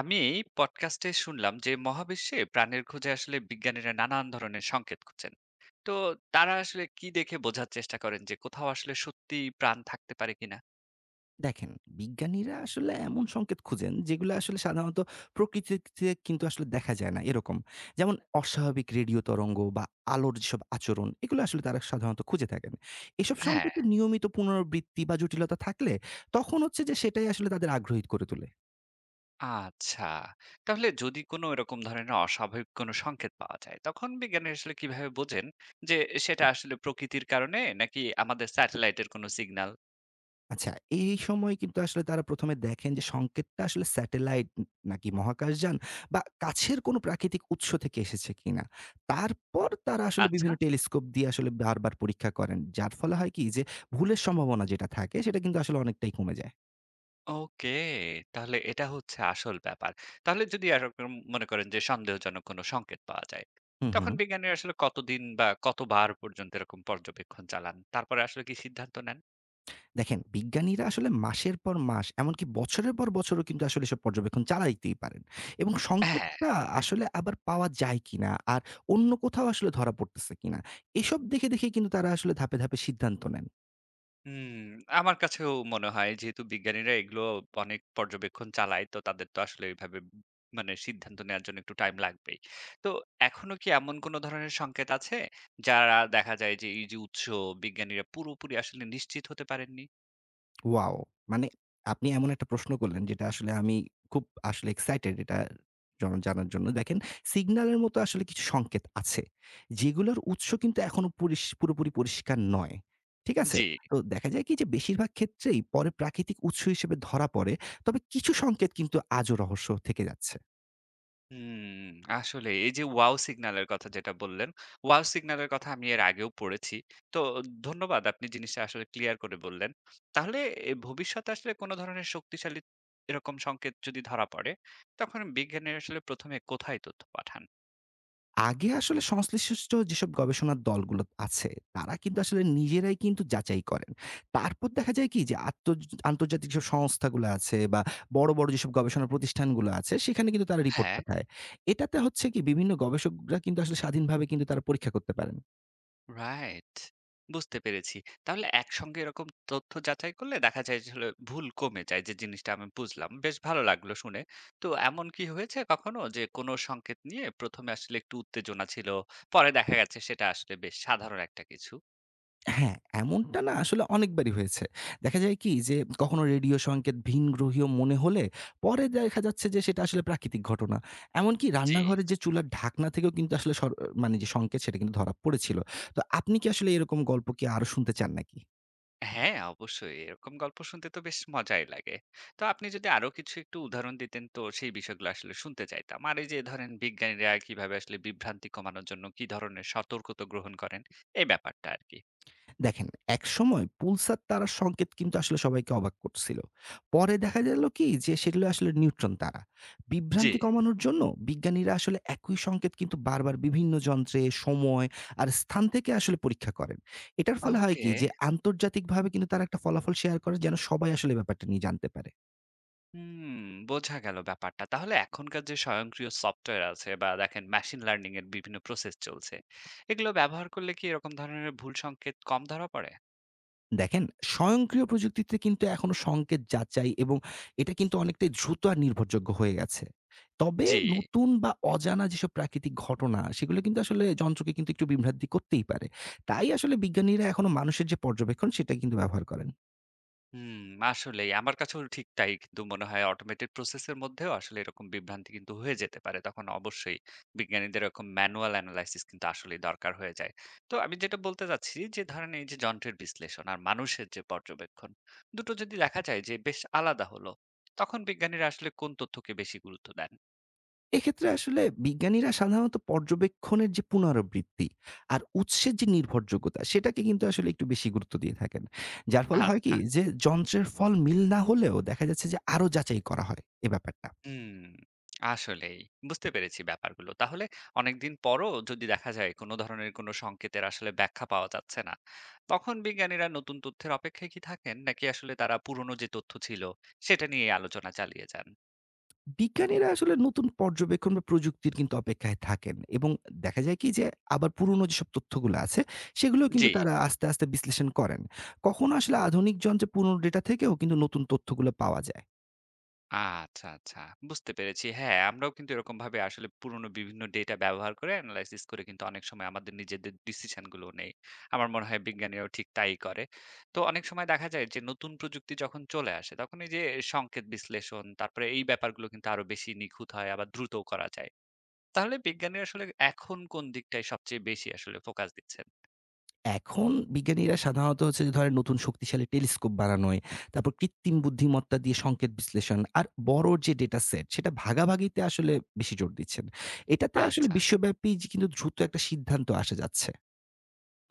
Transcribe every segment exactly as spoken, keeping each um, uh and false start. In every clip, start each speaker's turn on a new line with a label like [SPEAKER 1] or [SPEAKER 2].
[SPEAKER 1] আমি পডকাস্টে শুনলাম যে মহাবিশ্বে প্রাণের খোঁজে আসলে বিজ্ঞানীরা নানান ধরনের সংকেত খুঁজছেন। তো তারা আসলে কি দেখে বোঝার চেষ্টা করেন যে কোথাও আসলে সত্যি প্রাণ থাকতে পারে কিনা?
[SPEAKER 2] দেখেন, বিজ্ঞানীরা আসলে এমন সংকেত খুঁজেন যেগুলো আসলে সাধারণত প্রকৃতিতে কিন্তু আসলে দেখা যায় না এরকম। যেমন অস্বাভাবিক রেডিও তরঙ্গ বা আলোর যেসব আচরণ এগুলো আসলে তারা সাধারণত খুঁজে থাকেন। এসব
[SPEAKER 1] হ্যাঁ।
[SPEAKER 2] সংকেতের নিয়মিত পুনরাবৃত্তি বা জটিলতা থাকলে তখন হচ্ছে যে সেটাই আসলে তাদের আগ্রহী করে তোলে।
[SPEAKER 1] আচ্ছা, তাহলে যদি কোনো এরকম ধরনের অস্বাভাবিক কোনো সংকেত পাওয়া যায় তখন বিজ্ঞানীরা আসলে কিভাবে বোঝেন যে সেটা আসলে প্রকৃতির কারণে নাকি আমাদের স্যাটেলাইটের কোনো সিগন্যাল?
[SPEAKER 2] আচ্ছা, এই সময় কিন্তু আসলে তারা প্রথম এ দেখেন যে সংকেতটা আসলে স্যাটেলাইট ন নাকি মহাকাশযান বা কাছের কোনো প্রাকৃতিক উৎস থেকে এসেছে কিনা। তারপর তারা আসলে
[SPEAKER 1] আচ্ছা।
[SPEAKER 2] বিভিন্ন টেলিস্কোপ দিয়ে আসলে বারবার পরীক্ষা করেন। যার ফলে হয় কি যে ভুলের সম্ভাবনা যেটা থাকে সেটা কিন্তু আসলে অনেকটাই কমে যায়।
[SPEAKER 1] ওকে। তাহলে এটা হচ্ছে আসল ব্যাপার। তাহলে যদি এরকম মনে করেন যে সন্দেহজনক কোনো সংকেত পাওয়া যায়,
[SPEAKER 2] হুম,
[SPEAKER 1] তখন
[SPEAKER 2] হুম।
[SPEAKER 1] বিজ্ঞানীরা আসলে কতদিন বা কতবার পর্যন্ত এরকম পর্যবেক্ষণ চালান? তারপরে আসলে কি সিদ্ধান্ত নেন?
[SPEAKER 2] দেখেন, বিজ্ঞানীরা আসলে মাসের পর মাস এমনকি বছরের পর বছরও কিন্তু আসলে এসব পর্যবেক্ষণ চালাইতেই পারেন এবং
[SPEAKER 1] হ্যাঁ।
[SPEAKER 2] সংকেতটা আসলে আবার পাওয়া যায় কিনা আর অন্য কোথাও আসলে ধরা পড়তেছে কিনা এসব দেখে, দেখে কিন্তু তারা আসলে ধাপে, ধাপে সিদ্ধান্ত নেন।
[SPEAKER 1] হুম, আমার কাছেও মনে হয় যেহেতু বিজ্ঞানীরা এগুলো অনেক পর্যবেক্ষণ চালায়, তো তাদের তো আসলে এভাবে মানে সিদ্ধান্ত নেয়ার জন্য একটু টাইম লাগবেই। তো এখনো কি এমন কোনো ধরনের সংকেত আছে, যারা দেখা যায় যে এই যে উৎস বিজ্ঞানীরা পুরোপুরি আসলে নিশ্চিত হতে পারেননি?
[SPEAKER 2] ওয়াও! মানে আপনি এমন একটা প্রশ্ন করলেন যেটা আসলে আমি খুব আসলে এক্সাইটেড এটা জন জানার জন্য। দেখেন, সিগন্যালের মতো আসলে কিছু সংকেত আছে। যেগুলোর উৎস কিন্তু এখনো পরিস পুরোপুরি পরিষ্কার নয়। ঠিক আছে?
[SPEAKER 1] জি।
[SPEAKER 2] তো দেখা যায় কি যে বেশিরভাগ ক্ষেত্রেই পরে প্রাকৃতিক উৎস হিসেবে ধরা পড়ে। তবে কিছু সংকেত কিন্তু আজও রহস্য থেকে যাচ্ছে।
[SPEAKER 1] হুম, আসলে এই যে ওয়াও সিগন্যালের কথা যেটা বললেন, ওয়াও সিগন্যালের কথা আমি এর আগেও পড়েছি। তো ধন্যবাদ, আপনি জিনিসটা আসলে ক্লিয়ার করে বললেন। তাহলে এ ভবিষ্যতে আসলে কোন ধরনের শক্তিশালী এরকম সংকেত যদি ধরা পড়ে, তখন বিজ্ঞানীরা আসলে প্রথম এ কোথায় তথ্য পাঠান?
[SPEAKER 2] আগে আসলে সংশ্লিষ্ট যেসব গবেষণার দলগুলো আছে, তারা কিন্তু আসলে নিজেরাই কিন্তু যাচাই করেন। তারপর দেখা যায় কি যে আত্তজ আন্তর্জাতিক যেসব সংস্থাগুলো আছে বা বড়, বড় যেসব গবেষণা প্রতিষ্ঠানগুলো আছে, সেখানে কিন্তু তারা রিপোর্ট
[SPEAKER 1] হ্যাঁ।
[SPEAKER 2] পাঠায়। এটাতে হচ্ছে কি বিভিন্ন গবেষকরা কিন্তু আসলে স্বাধীনভাবে কিন্তু তারা পরীক্ষা করতে পারেন।
[SPEAKER 1] রাইট। বুঝতে পেরেছি। তাহলে একসঙ্গে এরকম তথ্য যাচাই করলে দেখা যায় যে হলো ভুল কমে যায়, যে জিনিসটা আমি বুঝলাম। বেশ ভালো লাগলো শুনে। তো এমন কি হয়েছে কখনো যে কোনো সংকেত নিয়ে প্রথম এ আসলে একটু উত্তেজনা ছিল। পরে দেখা গেছে সেটা আসলে বেশ সাধারণ একটা কিছু।
[SPEAKER 2] হ্যাঁ, এমনটা না আসলে অনেকবারই হয়েছে। দেখা যায় কি যে কখনো রেডিও সংকেত ভিনগ্রহীয় মনে হলে পরে দেখা যাচ্ছে যে সেটা আসলে প্রাকৃতিক ঘটনা। এমনকি
[SPEAKER 1] জি।
[SPEAKER 2] রান্নাঘরের যে চুলার ঢাকনা থেকেও কিন্তু আসলে সর মানে যে সংকেত সেটা কিন্তু ধরা পড়েছিল। তো আপনি কি আসলে এরকম গল্প কি আরো শুনতে চান নাকি?
[SPEAKER 1] হ্যাঁ, অবশ্যই। এরকম গল্প শুনতে তো বেশ মজাই লাগে। তো আপনি যদি আরো কিছু একটু উদাহরণ দিতেন তো সেই বিষয়গুলো আসলে শুনতে চাইতাম। আর এই যে ধরেন, বিজ্ঞানীরা কিভাবে আসলে বিভ্রান্তি কমানোর জন্য কি ধরনের সতর্কতা গ্রহণ করেন? এই ব্যাপারটা আরকি।
[SPEAKER 2] দেখেন, একসময় পুলসার তারার সংকেত কিন্তু আসলে সবাইকে অবাক করছিল। পরে দেখা গেল কি যে সেগুলো আসলে নিউট্রন তারা।
[SPEAKER 1] জি।
[SPEAKER 2] বিভ্রান্তি কমানোর জন্য বিজ্ঞানীরা আসলে একই সংকেত কিন্তু বারবার বিভিন্ন যন্ত্রে সময় আর স্থান থেকে আসলে পরীক্ষা করেন। এটার ফলে হয় কি
[SPEAKER 1] ওকে।
[SPEAKER 2] যে আন্তর্জাতিকভাবে কিন্তু তারা একটা ফলাফল শেয়ার করে যেন সবাই আসলে ব্যাপারটা নিয়ে জানতে পারে।
[SPEAKER 1] হুম, বোঝা গেল ব্যাপারটা। তাহলে এখনকার যে স্বয়ংক্রিয় সফটওয়্যার আছে বা দেখেন মেশিন লার্নিং এর বিভিন্ন প্রসেস চলছে। এগুলো ব্যবহার করলে কি এরকম ধরনের ভুল সংকেত কম ধরা পড়ে?
[SPEAKER 2] দেখেন, স্বয়ংক্রিয় প্রযুক্তিতে কিন্তু এখনো সংকেত যাচাই এবং এটা কিন্তু অনেকটাই দ্রুত আর নির্ভরযোগ্য হয়ে গেছে। তবে
[SPEAKER 1] জি।
[SPEAKER 2] নতুন বা অজানা যেসব প্রাকৃতিক ঘটনা, সেগুলো কিন্তু আসলে যন্ত্রকে কিন্তু একটু বিভ্রান্তি করতেই পারে। তাই আসলে বিজ্ঞানীরা এখনো মানুষের যে পর্যবেক্ষণ, সেটা কিন্তু ব্যবহার করেন।
[SPEAKER 1] হুম, আসলেই। আমার কাছেও ঠিক তাই কিন্তু মনে হয় অটোমেটেড প্রসেসের মধ্যেও আসলে এরকম বিভ্রান্তি কিন্তু হয়ে যেতে পারে। তখন অবশ্যই বিজ্ঞানীদের এরকম ম্যানুয়াল এনালাইসিস কিন্তু আসলেই দরকার হয়ে যায়। তো আমি যেটা বলতে চাচ্ছি যে ধরেন, এই যে যন্ত্রের বিশ্লেষণ আর মানুষের যে পর্যবেক্ষণ, দুটো যদি দেখা যায় যে বেশ আলাদা হলো, তখন বিজ্ঞানীরা আসলে কোন তথ্যকে বেশি গুরুত্ব দেন?
[SPEAKER 2] এক্ষেত্রে আসলে বিজ্ঞানীরা সাধারণত পর্যবেক্ষণের যে পুনরাবৃত্তি আর উৎসের যে নির্ভরযোগ্যতা, সেটাকে কিন্তু আসলে একটু বেশি গুরুত্ব দিয়ে থাকেন। যার ফলে হয় কি?
[SPEAKER 1] আচ্ছা।
[SPEAKER 2] যে যন্ত্রের ফল মিল না হলেও দেখা যাচ্ছে যে আরো যাচাই করা হয় এ ব্যাপারটা।
[SPEAKER 1] হুম, আসলেই। বুঝতে পেরেছি ব্যাপারগুলো। তাহলে অনেকদিন পরও যদি দেখা যায় কোনো ধরনের কোনো সংকেতের আসলে ব্যাখ্যা পাওয়া যাচ্ছে না, তখন বিজ্ঞানীরা নতুন তথ্যের অপেক্ষায় কি থাকেন? নাকি আসলে তারা পুরনো যে তথ্য ছিল, সেটা নিয়েই আলোচনা চালিয়ে যান?
[SPEAKER 2] বিজ্ঞানীরা আসলে নতুন পর্যবেক্ষণ বা প্রযুক্তির কিন্তু অপেক্ষায় থাকেন এবং দেখা যায় কি যে আবার পুরনো যেসব তথ্যগুলো আছে সেগুলো
[SPEAKER 1] জি।
[SPEAKER 2] কিন্তু তারা আস্তে আস্তে বিশ্লেষণ করেন। কখনো আসলে আধুনিক যন্ত্রে পুরনো ডেটা থেকেও কিন্তু নতুন তথ্যগুলো পাওয়া যায়।
[SPEAKER 1] আচ্ছা, আচ্ছা। বুঝতে পেরেছি। হ্যাঁ, আমরাও কিন্তু এরকমভাবে আসলে পুরনো বিভিন্ন ডেটা ব্যবহার করে এনালাইসিস করে কিন্তু অনেক সময় আমাদের নিজেদের ডিসিশন গুলো নেই। আমার মনে হয় বিজ্ঞানীরাও ঠিক তাই করে। তো অনেক সময় দেখা যায় যে নতুন প্রযুক্তি যখন চলে আসে তখন এই যে সংকেত বিশ্লেষণ, তারপরে এই ব্যাপারগুলো কিন্তু আরো বেশি নিখুঁত হয়, আবার দ্রুতও করা যায়। তাহলে বিজ্ঞানীরা আসলে এখন কোন দিকটায় সবচেয়ে বেশি আসলে ফোকাস দিচ্ছেন?
[SPEAKER 2] এখন বিজ্ঞানীরা সাধারণত হচ্ছে যে ধরেন নতুন শক্তিশালী টেলিস্কোপ বানানোয় তারপর কৃত্রিম বুদ্ধিমত্তা দিয়ে সংকেত বিশ্লেষণ আর বড় যে ডেটা সেট সেটা ভাগাভাগিতে আসলে বেশি জোর দিচ্ছেন। এটাতে আসলে
[SPEAKER 1] আচ্ছা।
[SPEAKER 2] বিশ্বব্যাপী যে কিন্তু দ্রুত একটা সিদ্ধান্ত আসা যাচ্ছে।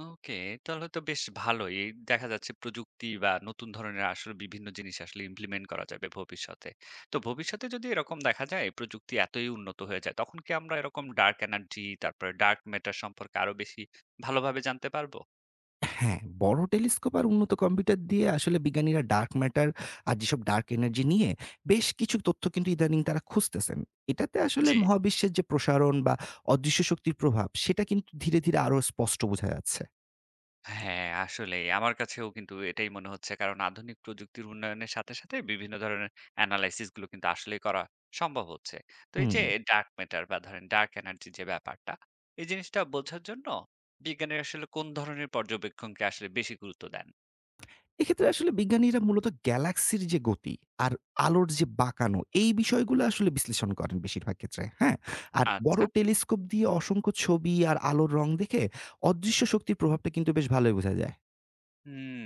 [SPEAKER 1] ওকে, তাহলে তো বেশ ভালোই। দেখা যাচ্ছে প্রযুক্তি বা নতুন ধরনের আসলে বিভিন্ন জিনিস আসলে ইমপ্লিমেন্ট করা যাবে ভবিষ্যতে। তো ভবিষ্যতে যদি এরকম দেখা যায় প্রযুক্তি এতই উন্নত হয়ে যায়, তখন কি আমরা এরকম ডার্ক এনার্জি, তারপরে ডার্ক ম্যাটার সম্পর্কে আরো বেশি ভালোভাবে জানতে পারবো?
[SPEAKER 2] হ্যাঁ, বড় টেলিস্কোপ আর উন্নত কম্পিউটার দিয়ে আসলে বিজ্ঞানীরা ডার্ক ম্যাটার আর যেসব ডার্ক এনার্জি নিয়ে বেশ কিছু তথ্য কিন্তু ইদানিং তারা খুঁজতেছেন। এটাতে আসলে
[SPEAKER 1] জি।
[SPEAKER 2] মহাবিশ্বের যে প্রসারণ বা অদৃশ্য শক্তির প্রভাব সেটা কিন্তু ধীরে, ধীরে আরো স্পষ্ট বোঝা যাচ্ছে।
[SPEAKER 1] হ্যাঁ, আসলেই। আমার কাছেও কিন্তু এটাই মনে হচ্ছে। কারণ আধুনিক প্রযুক্তির উন্নয়নের সাথে, সাথে বিভিন্ন ধরনের এনালাইসিস গুলো কিন্তু আসলেই করা সম্ভব হচ্ছে। তো এই
[SPEAKER 2] হুম।
[SPEAKER 1] যে ডার্ক ম্যাটার বা ধরেন ডার্ক এনার্জি যে ব্যাপারটা, এই জিনিসটা বোঝার জন্য বিজ্ঞানীরা আসলে কোন ধরনের পর্যবেক্ষণকে আসলে বেশি গুরুত্ব দেন?
[SPEAKER 2] এক্ষেত্রে আসলে বিজ্ঞানীরা মূলত গ্যালাক্সির যে গতি আর আলোর যে বাঁকানো এই বিষয়গুলো আসলে বিশ্লেষণ করেন বেশিরভাগ ক্ষেত্রে, হ্যাঁ? আর বড়
[SPEAKER 1] আচ্ছা।
[SPEAKER 2] টেলিস্কোপ দিয়ে অসংখ্য ছবি আর আলোর রং দেখে অদৃশ্য শক্তির প্রভাবটা কিন্তু বেশ ভালোই বোঝা যায়।
[SPEAKER 1] হুম,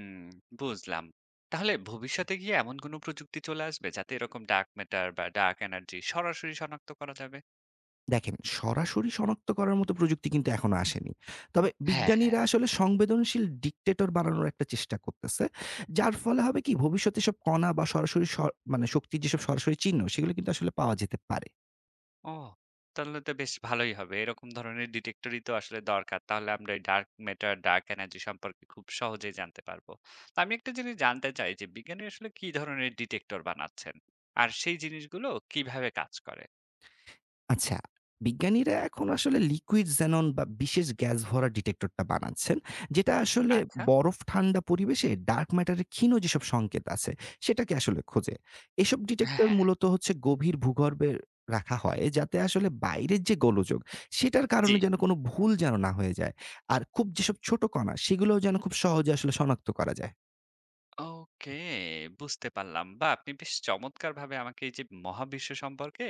[SPEAKER 1] বুঝলাম। তাহলে ভবিষ্যতে গিয়ে এমন কোন প্রযুক্তি চলে আসবে যাতে এরকম ডার্ক ম্যাটার বা ডার্ক এনার্জি সরাসরি শনাক্ত করা যাবে?
[SPEAKER 2] দেখেন, সরাসরি শনাক্ত করার মতো প্রযুক্তি কিন্তু এখনো আসেনি। তবে
[SPEAKER 1] হ্যাঁ।
[SPEAKER 2] বিজ্ঞানীরা আসলে সংবেদনশীল ডিক্টেটর বানানোর একটা চেষ্টা করতেছে। যার ফলে হবে কি ভবিষ্যতে এসব কণা বা সরাসরি স মানে শক্তির যেসব সরাসরি চিহ্ন সেগুলো কিন্তু আসলে পাওয়া যেতে পারে।
[SPEAKER 1] ও! তাহলে তো বেশ ভালোই হবে। এরকম ধরনের ডিটেক্টরই তো আসলে দরকার। তাহলে আমরা এই ডার্ক ম্যাটার, ডার্ক এনার্জি সম্পর্কে খুব সহজেই জানতে পারবো। তো আমি একটা জিনিস জানতে চাই যে বিজ্ঞানী আসলে কি ধরনের ডিটেক্টর বানাচ্ছেন? আর সেই জিনিসগুলো কিভাবে কাজ করে?
[SPEAKER 2] আচ্ছা, বিজ্ঞানীরা এখন আসলে লিকুইড xenon বা বিশেষ গ্যাস ভরা ডিটেক্টরটা বানাচ্ছেন। যেটা আসলে
[SPEAKER 1] আচ্ছা।
[SPEAKER 2] বরফ ঠান্ডা পরিবেশে ডার্ক ম্যাটারের ক্ষীণ যেসব সংকেত আছে, সেটাকে আসলে খোঁজে। এসব ডিটেক্টর
[SPEAKER 1] হ্যাঁ,
[SPEAKER 2] মূলত হচ্ছে গভীর ভূগর্ভে রাখা হয় যাতে আসলে বাইরের যে গোলযোগ, সেটার
[SPEAKER 1] জি।
[SPEAKER 2] কারণে যেন কোনো ভুল যেন না হয়ে যায়। আর খুব যেসব ছোট কণা, সেগুলোও যেন খুব সহজে আসলে শনাক্ত করা যায়।
[SPEAKER 1] ওকে, বুঝতে পারলাম। বা আপনি বেশ চমৎকারভাবে আমাকে এই যে মহাবিশ্ব সম্পর্কে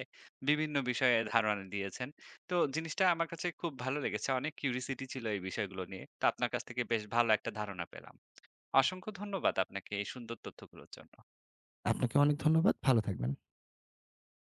[SPEAKER 1] বিভিন্ন বিষয়ে ধারণা দিয়েছেন। তো জিনিসটা আমার কাছে খুব ভালো লেগেছে। অনেক কিউরিসিটি ছিল এই বিষয়গুলো নিয়ে। তো আপনার কাছ থেকে বেশ ভালো একটা ধারণা পেলাম। অসংখ্য ধন্যবাদ আপনাকে এই সুন্দর তথ্যগুলোর জন্য।
[SPEAKER 2] আপনাকে অনেক ধন্যবাদ। ভালো থাকবেন।